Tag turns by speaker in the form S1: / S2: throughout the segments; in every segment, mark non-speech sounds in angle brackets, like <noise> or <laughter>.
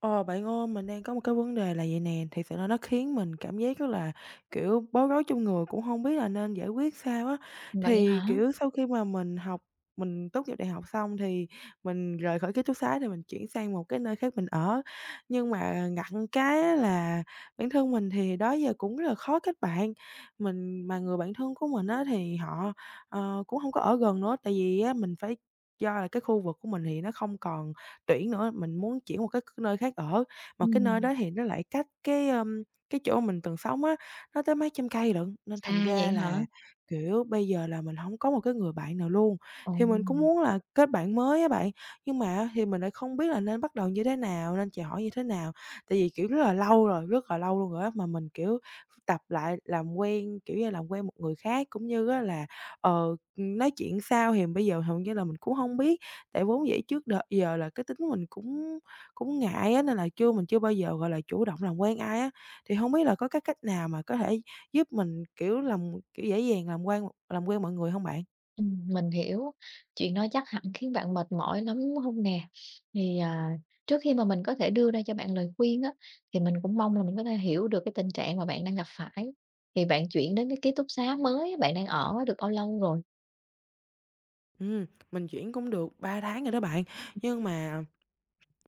S1: Ờ, bạn ơi, mình đang có một cái vấn đề là vậy nè, thì sự là nó khiến mình cảm giác rất là, kiểu, bối rối trong người, cũng không biết là nên giải quyết sao á.
S2: Vậy
S1: Thì,
S2: hả?
S1: kiểu, sau khi mà mình tốt nghiệp đại học xong thì mình rời khỏi ký túc xá thì mình chuyển sang một cái nơi khác mình ở. Nhưng mà ngặt cái á là bản thân mình thì đó giờ cũng rất là khó kết bạn, mình mà người bạn thân của mình á thì họ, cũng không có ở gần nữa, tại vì á mình phải do là cái khu vực của mình thì nó không còn tuyển nữa, mình muốn chuyển một cái nơi khác ở, mà cái nơi
S2: Ừm,
S1: đó thì nó lại cách cái, cái chỗ mình từng sống á, nó tới mấy trăm cây lận, nên
S2: à,
S1: thành ra
S2: vậy
S1: là,
S2: hả?
S1: kiểu, bây giờ là mình không có một cái người bạn nào luôn.
S2: Ồ,
S1: Thì mình cũng muốn là kết bạn mới á bạn, nhưng mà thì mình lại không biết là nên bắt đầu như thế nào, nên chào hỏi như thế nào, tại vì, kiểu, rất là lâu rồi, rất là lâu luôn rồi á, mà mình, kiểu, tập lại làm quen, kiểu như, làm quen một người khác cũng như á là, ờ, nói chuyện sao thì bây giờ hầu như là mình cũng không biết. Tại vốn dĩ trước đợt giờ là cái tính mình cũng cũng ngại á, nên là chưa mình chưa bao giờ, gọi là, chủ động làm quen ai á. Thì hông biết là có cái cách nào mà có thể giúp mình, kiểu, làm kiểu, dễ dàng làm quan làm quen mọi người hông bạn?
S2: mình hiểu, chuyện đó chắc hẳn khiến bạn mệt mỏi lắm, đúng hông nè? Thì, trước khi mà mình có thể đưa ra cho bạn lời khuyên á, thì mình cũng mong là mình có thể hiểu được cái tình trạng mà bạn đang gặp phải. Thì bạn chuyển đến cái ký túc xá mới bạn đang ở được bao lâu rồi?
S1: Ừm, mình chuyển cũng được 3 tháng rồi đó bạn, nhưng mà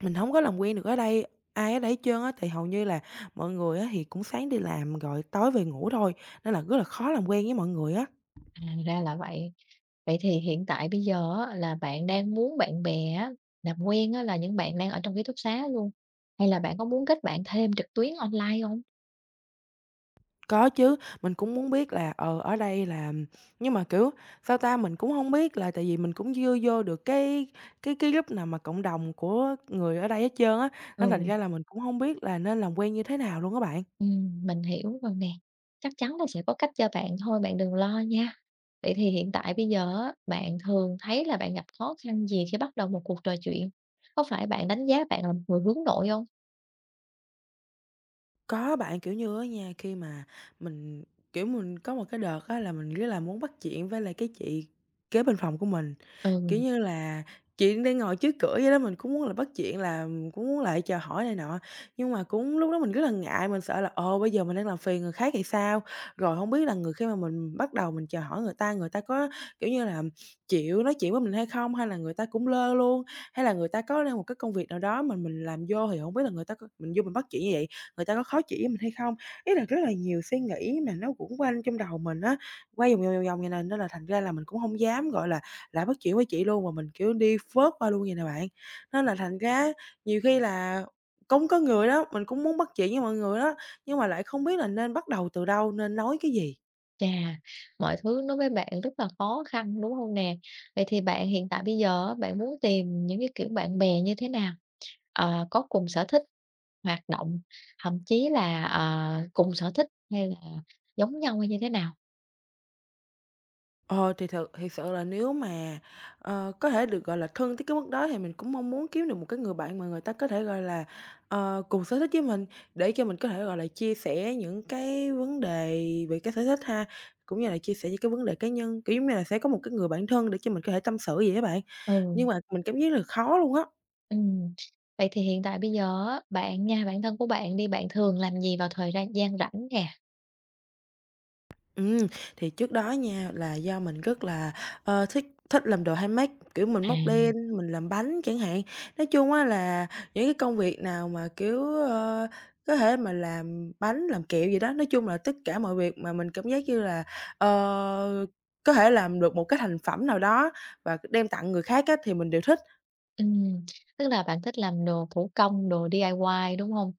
S1: mình hổng có làm quen được ở đây ai ở đây hết trơn á. Tại hầu như là mọi người á thì cũng sáng đi làm rồi tối về ngủ thôi, nên là rất là khó làm quen với mọi người á.
S2: À, ra là vậy. Vậy thì hiện tại bây giờ á, là bạn đang muốn bạn bè á, làm quen á, là những bạn đang ở trong ký túc xá luôn, hay là bạn có muốn kết bạn thêm trực tuyến online không?
S1: Có chứ, mình cũng muốn biết là, ở đây là nhưng mà, kiểu, sao ta, mình cũng không biết là tại vì mình cũng chưa vô được cái group nào mà cộng đồng của người ở đây hết trơn á, nên thành
S2: Ừ.
S1: ra là mình cũng không biết là nên làm quen như thế nào luôn các bạn.
S2: Mình hiểu rồi nè. Chắc chắn là sẽ có cách cho bạn thôi, bạn đừng lo nha. Vậy thì hiện tại bây giờ á, bạn thường thấy là bạn gặp khó khăn gì khi bắt đầu một cuộc trò chuyện? Có phải bạn đánh giá bạn là một người hướng nội không?
S1: Có bạn, kiểu như á nha, khi mà mình, kiểu, mình có một cái đợt á là mình rất là muốn bắt chuyện với lại cái chị kế bên phòng của mình. Kiểu
S2: Ừ,
S1: như là, chị đang ngồi trước cửa vậy đó, mình cũng muốn là bắt chuyện là, cũng muốn lại chào hỏi này nọ, nhưng mà cũng lúc đó mình rất là ngại, mình sợ là, ồ, bây giờ mình đang làm phiền người khác thì sao? Rồi không biết là khi mà mình bắt đầu mình chào hỏi người ta có, kiểu như là, chịu nói chuyện với mình hay không? Hay là người ta cũng lơ luôn? Hay là người ta có đang một cái công việc nào đó mà mình làm vô thì không biết là người ta có mình vô mình bắt chuyện như vậy, người ta có khó chịu với mình hay không? Ý là rất là nhiều suy nghĩ mà nó cũng quanh trong đầu mình á, quay vòng, vòng, vòng, vòng vầy nè, nên là thành ra là mình cũng không dám, gọi là, lại bắt chuyện với chị luôn, mà mình, kiểu, đi phớt qua luôn vậy nè bạn. Nên là thành ra nhiều khi là cũng có người đó, mình cũng muốn bắt chuyện với mọi người đó, nhưng mà lại không biết là nên bắt đầu từ đâu, nên nói cái gì.
S2: chà, mọi thứ đối với bạn rất là khó khăn, đúng không nè? Vậy thì bạn hiện tại bây giờ á, bạn muốn tìm những cái kiểu bạn bè như thế nào? Ờ, có cùng sở thích, hoạt động, thậm chí là, cùng sở thích hay là giống nhau hay như thế nào?
S1: Ờ, thì thiệt sự là nếu mà, có thể được, gọi là, thân tới cái mức đó thì mình cũng mong muốn kiếm được một cái người bạn mà người ta có thể, gọi là, cùng sở thích với mình, để cho mình có thể, gọi là, chia sẻ những cái vấn đề về cái sở thích ha, cũng như là chia sẻ những cái vấn đề cá nhân, kiểu, giống như là sẽ có một cái người bạn thân để cho mình có thể tâm sự gì á bạn.
S2: Ừ.
S1: Nhưng mà mình cảm giác là khó luôn á.
S2: Ừm, vậy thì hiện tại bây giờ á, bạn nha, bản thân của bạn đi, bạn thường làm gì vào thời ran gian rảnh nè?
S1: Ừm, thì trước đó nha là do mình rất là, thích thích làm đồ handmade, kiểu, mình móc len,
S2: À.
S1: mình làm bánh chẳng hạn. Nói chung á là những cái công việc nào mà, kiểu, có thể mà làm bánh, làm kẹo gì đó, nói chung là tất cả mọi việc mà mình cảm giác như là, ờ, có thể làm được một cái thành phẩm nào đó và đem tặng người khác á thì mình đều thích.
S2: Ừm, tức là bạn thích làm đồ thủ công, đồ DIY, đúng không?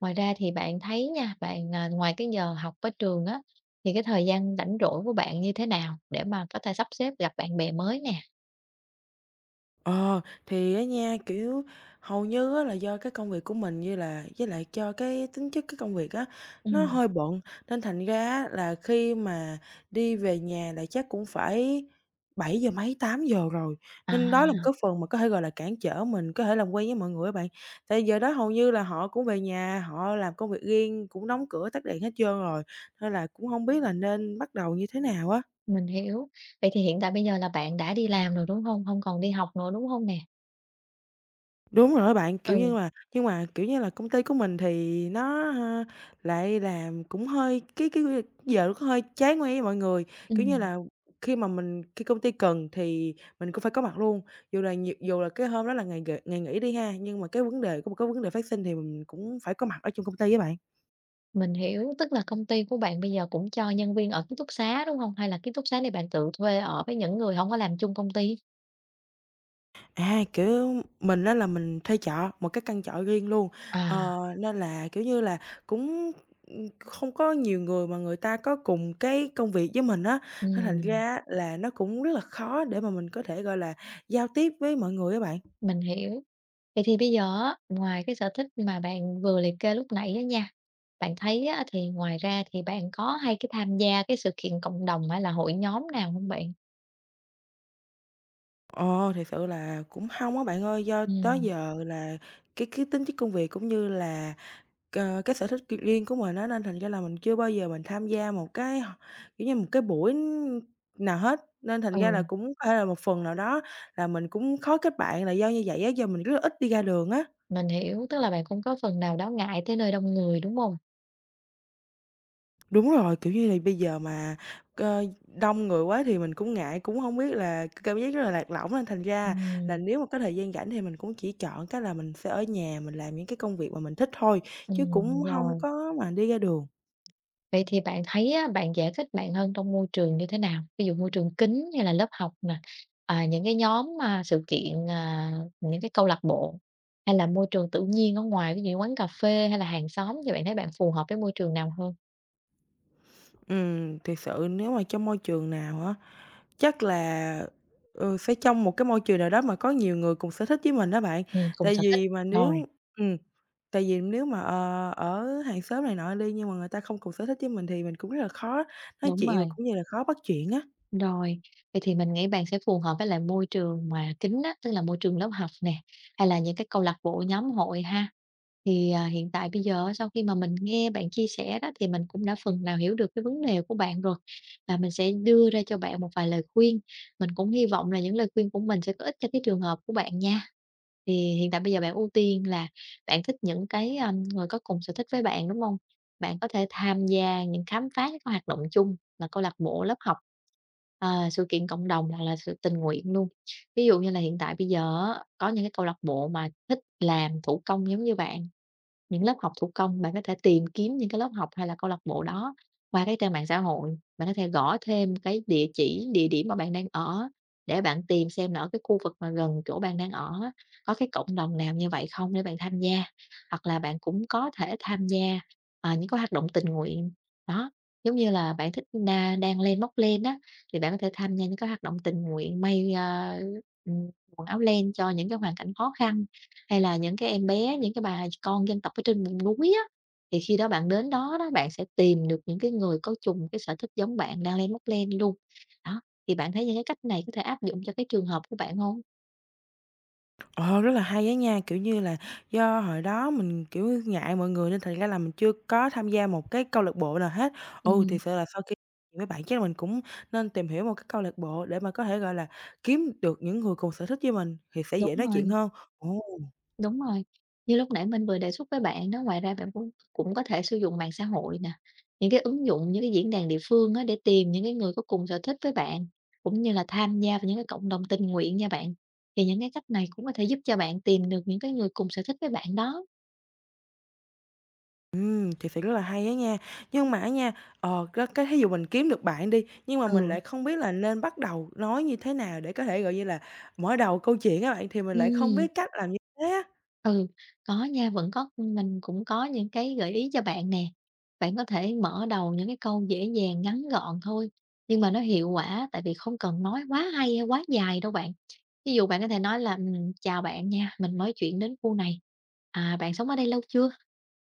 S2: Ngoài ra thì bạn thấy nha, bạn, ngoài cái giờ học ở trường á, thì cái thời gian rảnh rỗi của bạn như thế nào để mà có thể sắp xếp gặp bạn bè mới nè?
S1: Ờ, thì á nha, kiểu, hầu như á là do cái công việc của mình như là với lại cho cái tính chất cái công việc á, nó
S2: Ừm.
S1: hơi bận, nên thành ra á là khi mà đi về nhà là chắc cũng phải 7 giờ mấy, 8 giờ rồi,
S2: À.
S1: nên đó là một cái phần mà có thể, gọi là, cản trở mình có thể làm quen với mọi người á bạn. Tại giờ đó hầu như là họ cũng về nhà, họ làm công việc riêng, cũng đóng cửa tắt đèn hết trơn rồi, nên là cũng không biết là nên bắt đầu như thế nào á.
S2: Mình hiểu. Vậy thì hiện tại bây giờ là bạn đã đi làm rồi, đúng không, không còn đi học nữa, đúng không nè?
S1: Đúng rồi bạn, kiểu
S2: Ừ,
S1: như là nhưng mà, kiểu như là, công ty của mình thì nó, ha, lại làm cũng hơi cái giờ nó cũng hơi trái ngoe với mọi người. Kiểu như
S2: ừm.
S1: là, khi mà mình khi công ty cần thì mình cũng phải có mặt luôn, dù là cái hôm đó là ngày nghỉ đi ha, nhưng mà cái vấn đề có một cái vấn đề phát sinh thì mình cũng phải có mặt ở trong công ty với bạn.
S2: Mình hiểu, tức là công ty của bạn bây giờ cũng cho nhân viên ở ký túc xá, đúng không? Hay là ký túc xá này bạn tự thuê ở với những người không có làm chung công ty?
S1: À, kiểu, mình á là mình thuê trọ, một cái căn trọ riêng luôn,
S2: À.
S1: nên là, kiểu như là, cũng, không có nhiều người mà người ta có cùng cái công việc với mình á, nên thành
S2: Ừm,
S1: ra á là nó cũng rất là khó để mà mình có thể, gọi là, giao tiếp với mọi người á bạn.
S2: mình hiểu. Vậy thì bây giờ á, ngoài cái sở thích mà bạn vừa liệt kê lúc nãy á nha, bạn thấy á thì ngoài ra thì bạn có hay cái tham gia cái sự kiện cộng đồng hay là hội nhóm nào không bạn?
S1: Ờ, thiệt sự là cũng hông á bạn ơi, do đó
S2: Ừm,
S1: giờ là cái tính chất công việc cũng như là cái sở thích riêng của mình á, nên thành ra là mình chưa bao giờ mình tham gia một cái h kiểu như, một cái buổi nào hết, nên thành
S2: ừ,
S1: ra là cũng có thể là một phần nào đó là mình cũng khó kết bạn là do như vậy á, giờ mình rất là ít đi ra đường á.
S2: mình hiểu, tức là bạn cũng có phần nào đó ngại tới nơi đông người, đúng không?
S1: Đúng rồi, kiểu như là, bây giờ mà cơ đông người quá thì mình cũng ngại, cũng không biết là cảm giác rất là lạc lõng nên thành ra là
S2: Ừm,
S1: nếu mà có thời gian rảnh thì mình cũng chỉ chọn cái là mình sẽ ở nhà mình làm những cái công việc mà mình thích thôi, chứ cũng không
S2: rồi.
S1: có mà đi ra đường.
S2: Vậy thì bạn thấy á, bạn dễ thích bạn hơn trong môi trường như thế nào? Ví dụ môi trường kín hay là lớp học nè, những cái nhóm, sự kiện, những cái câu lạc bộ, hay là môi trường tự nhiên ở ngoài, ví dụ như quán cà phê hay là hàng xóm thì bạn thấy bạn phù hợp với môi trường nào hơn?
S1: Thiệt sự nếu mà trong môi trường nào á chắc là, ừ, phải trong một cái môi trường nào đó mà có nhiều người cùng sở thích với mình đó bạn.
S2: Cùng
S1: Tại
S2: sở thích.
S1: vì mà
S2: Rồi.
S1: nếu ừm, tại vì nếu mà, ở hàng xóm này nọ đi nhưng mà người ta không cùng sở thích với mình thì mình cũng rất là khó nói
S2: Đúng
S1: chuyện và
S2: rồi,
S1: cũng như là khó bắt chuyện á.
S2: rồi. Vậy thì mình nghĩ bạn sẽ phù hợp với lại môi trường mà kín á, tức là môi trường lớp học nè, hay là những cái câu lạc bộ, nhóm hội ha. Thì, hiện tại bây giờ á, sau khi mà mình nghe bạn chia sẻ đó thì mình cũng đã phần nào hiểu được cái vấn đề của bạn rồi, và mình sẽ đưa ra cho bạn một vài lời khuyên. Mình cũng hy vọng là những lời khuyên của mình sẽ có ích cho cái trường hợp của bạn nha. Thì hiện tại bây giờ bạn ưu tiên là bạn thích những cái, người có cùng sở thích với bạn, đúng không? Bạn có thể tham gia những khám phá những cái hoạt động chung là câu lạc bộ, lớp học, sự kiện cộng đồng hoặc là sự tình nguyện luôn. Ví dụ như là hiện tại bây giờ á, có những cái câu lạc bộ mà thích làm thủ công giống như bạn, những lớp học thủ công, bạn có thể tìm kiếm những cái lớp học hay là câu lạc bộ đó qua cái trang mạng xã hội. Bạn có thể gõ thêm cái địa chỉ, địa điểm mà bạn đang ở để bạn tìm xem là ở cái khu vực mà gần chỗ bạn đang ở á, có cái cộng đồng nào như vậy không để bạn tham gia. Hoặc là bạn cũng có thể tham gia, những cái hoạt động tình nguyện, đó, giống như là bạn thích đa đang lên móc len á, thì bạn có thể tham gia những cái hoạt động tình nguyện may, ừm, quần áo len cho những cái hoàn cảnh khó khăn. Hay là những cái em bé, những cái bà con dân tộc ở trên vùng núi á, thì khi đó bạn đến đó đó, bạn sẽ tìm được những cái người có chung cái sở thích giống bạn đang lên móc len luôn. Đó, thì bạn thấy những cái cách này có thể áp dụng cho cái trường hợp của bạn hông?
S1: Ờ, rất là hay á nha, kiểu như là, do hồi đó mình, kiểu, ngại mọi người nên thành ra là mình chưa có tham gia một cái câu lạc bộ nào hết. Ừ,
S2: Ừm.
S1: thì sự là sau khi với bạn chắc là mình cũng nên tìm hiểu một cái câu lạc bộ để mà có thể, gọi là, kiếm được những người cùng sở thích với mình thì sẽ
S2: Đúng
S1: dễ nói chuyện
S2: rồi.
S1: hơn. Ồ,
S2: Đúng rồi, như lúc nãy mình vừa đề xuất với bạn đó, ngoài ra bạn cũng cũng có thể sử dụng mạng xã hội nè, những cái ứng dụng, những cái diễn đàn địa phương á, để tìm những cái người có cùng sở thích với bạn, cũng như là tham gia vào những cái cộng đồng tình nguyện nha bạn. Thì những cái cách này cũng có thể giúp cho bạn tìm được những cái người cùng sở thích với bạn đó.
S1: thiệt sự rất là hay á nha. Nhưng mà á nha, cái thí dụ mình kiếm được bạn đi, nhưng mà mình
S2: Ừ.
S1: lại không biết là nên bắt đầu nói như thế nào để có thể, gọi như là, mở đầu câu chuyện các bạn, thì mình lại không
S2: Ừm.
S1: biết cách làm như thế.
S2: Ừ, có nha, vẫn có, mình cũng có những cái gợi ý cho bạn nè. Bạn có thể mở đầu những cái câu dễ dàng, ngắn gọn thôi, nhưng mà nó hiệu quả, tại vì không cần nói quá hay hay quá dài đâu bạn. Ví dụ bạn có thể nói là, "Chào bạn nha, mình mới chuyển đến khu này, à, bạn sống ở đây lâu chưa?"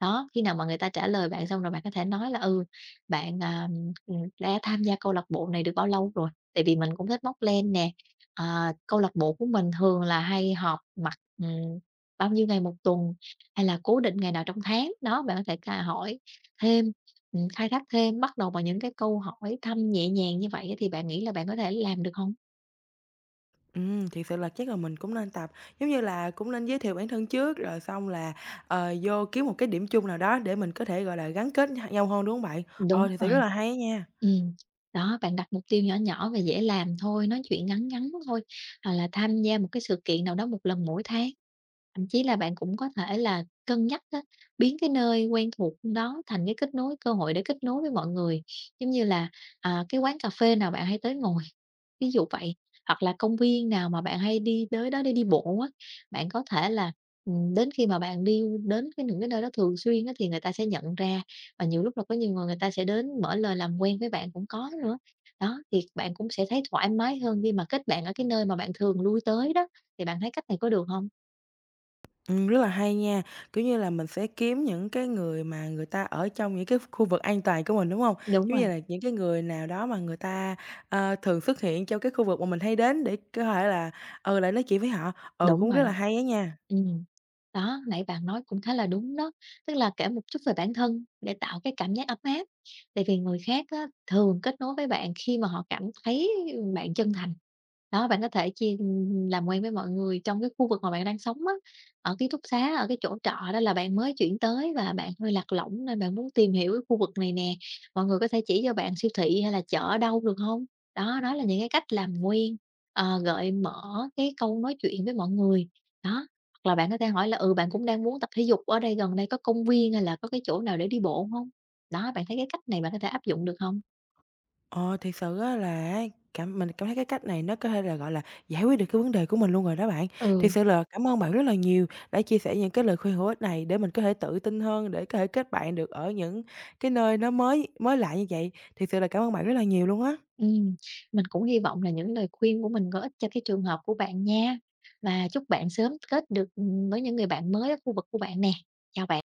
S2: Đó, khi nào mà người ta trả lời bạn xong rồi bạn có thể nói là "Ừ, bạn, à, đã tham gia câu lạc bộ này được bao lâu rồi?" Tại vì mình cũng thích móc len nè. À, câu lạc bộ của mình thường là hay họp mặt, bao nhiêu ngày một tuần hay là cố định ngày nào trong tháng. Đó, bạn có thể cà hỏi thêm, khai thác thêm, bắt đầu bằng những cái câu hỏi thăm nhẹ nhàng như vậy thì bạn nghĩ là bạn có thể làm được không?
S1: Thiệt sự là chắc là mình cũng nên tập, giống như là, cũng nên giới thiệu bản thân trước, rồi xong là, vô kiếm một cái điểm chung nào đó để mình có thể, gọi là, gắn kết nhau hơn, đúng hông bạn?
S2: Đúng
S1: Ờ, thiệt sự
S2: rồi.
S1: rất là hay nha,
S2: Ừm, đó, bạn đặt mục tiêu nhỏ nhỏ và dễ làm thôi, nói chuyện ngắn ngắn thôi, hoặc là tham gia một cái sự kiện nào đó một lần mỗi tháng. Thậm chí là bạn cũng có thể là cân nhắc á, biến cái nơi quen thuộc đó thành cái kết nối cơ hội để kết nối với mọi người. Giống như là, cái quán cà phê nào bạn hay tới ngồi, <laughs> ví dụ vậy, hoặc là công viên nào mà bạn hay đi tới đó để đi bộ á, bạn có thể là, đến khi mà bạn đi đến cái những cái nơi đó thường xuyên á, thì người ta sẽ nhận ra và nhiều lúc là có nhiều người người ta sẽ đến mở lời làm quen với bạn cũng có nữa. Đó, thì bạn cũng sẽ thấy thoải mái hơn khi mà kết bạn ở cái nơi mà bạn thường lui tới đó, thì bạn thấy cách này có được không?
S1: ừm, rất là hay nha, kiểu như là, mình sẽ kiếm những cái người mà người ta ở trong những cái khu vực an toàn của mình, đúng không?
S2: Đúng
S1: Giống
S2: rồi.
S1: như là những cái người nào đó mà người ta, thường xuất hiện trong cái khu vực mà mình hay đến để có thể là, ừ, lại nói chuyện với họ, ừ,
S2: Đúng
S1: cũng
S2: rồi.
S1: rất là hay á nha.
S2: Ừm, đó, nãy bạn nói cũng khá là đúng đó, tức là kể một chút về bản thân để tạo cái cảm giác ấm áp. Tại vì người khác á, thường kết nối với bạn khi mà họ cảm thấy bạn chân thành. Đó, bạn có thể chia làm quen với mọi người trong cái khu vực mà bạn đang sống á, ở ký túc xá, ở cái chỗ trọ đó là bạn mới chuyển tới và bạn hơi lạc lõng nên bạn muốn tìm hiểu cái khu vực này nè, mọi người có thể chỉ cho bạn siêu thị hay là chợ ở đâu được không? Đó, đó là những cái cách làm quen, gợi mở cái câu nói chuyện với mọi người, đó. Hoặc là bạn có thể hỏi là "Ừ, bạn cũng đang muốn tập thể dục ở đây gần đây có công viên hay là có cái chỗ nào để đi bộ không?" Đó, bạn thấy cái cách này bạn có thể áp dụng được không?
S1: Ờ, thiệt sự á là mình cảm thấy cái cách này nó có thể là, gọi là, giải quyết được cái vấn đề của mình luôn rồi đó bạn.
S2: Ừ,
S1: Thiệt sự là cảm ơn bạn rất là nhiều đã chia sẻ những cái lời khuyên hữu ích này để mình có thể tự tin hơn, để có thể kết bạn được ở những cái nơi nó mới mới lạ như vậy. Thiệt sự là cảm ơn bạn rất là nhiều luôn á.
S2: ừm, mình cũng hy vọng là những lời khuyên của mình có ích cho cái trường hợp của bạn nha, và chúc bạn sớm kết được, với những người bạn mới ở khu vực của bạn nè. Chào bạn.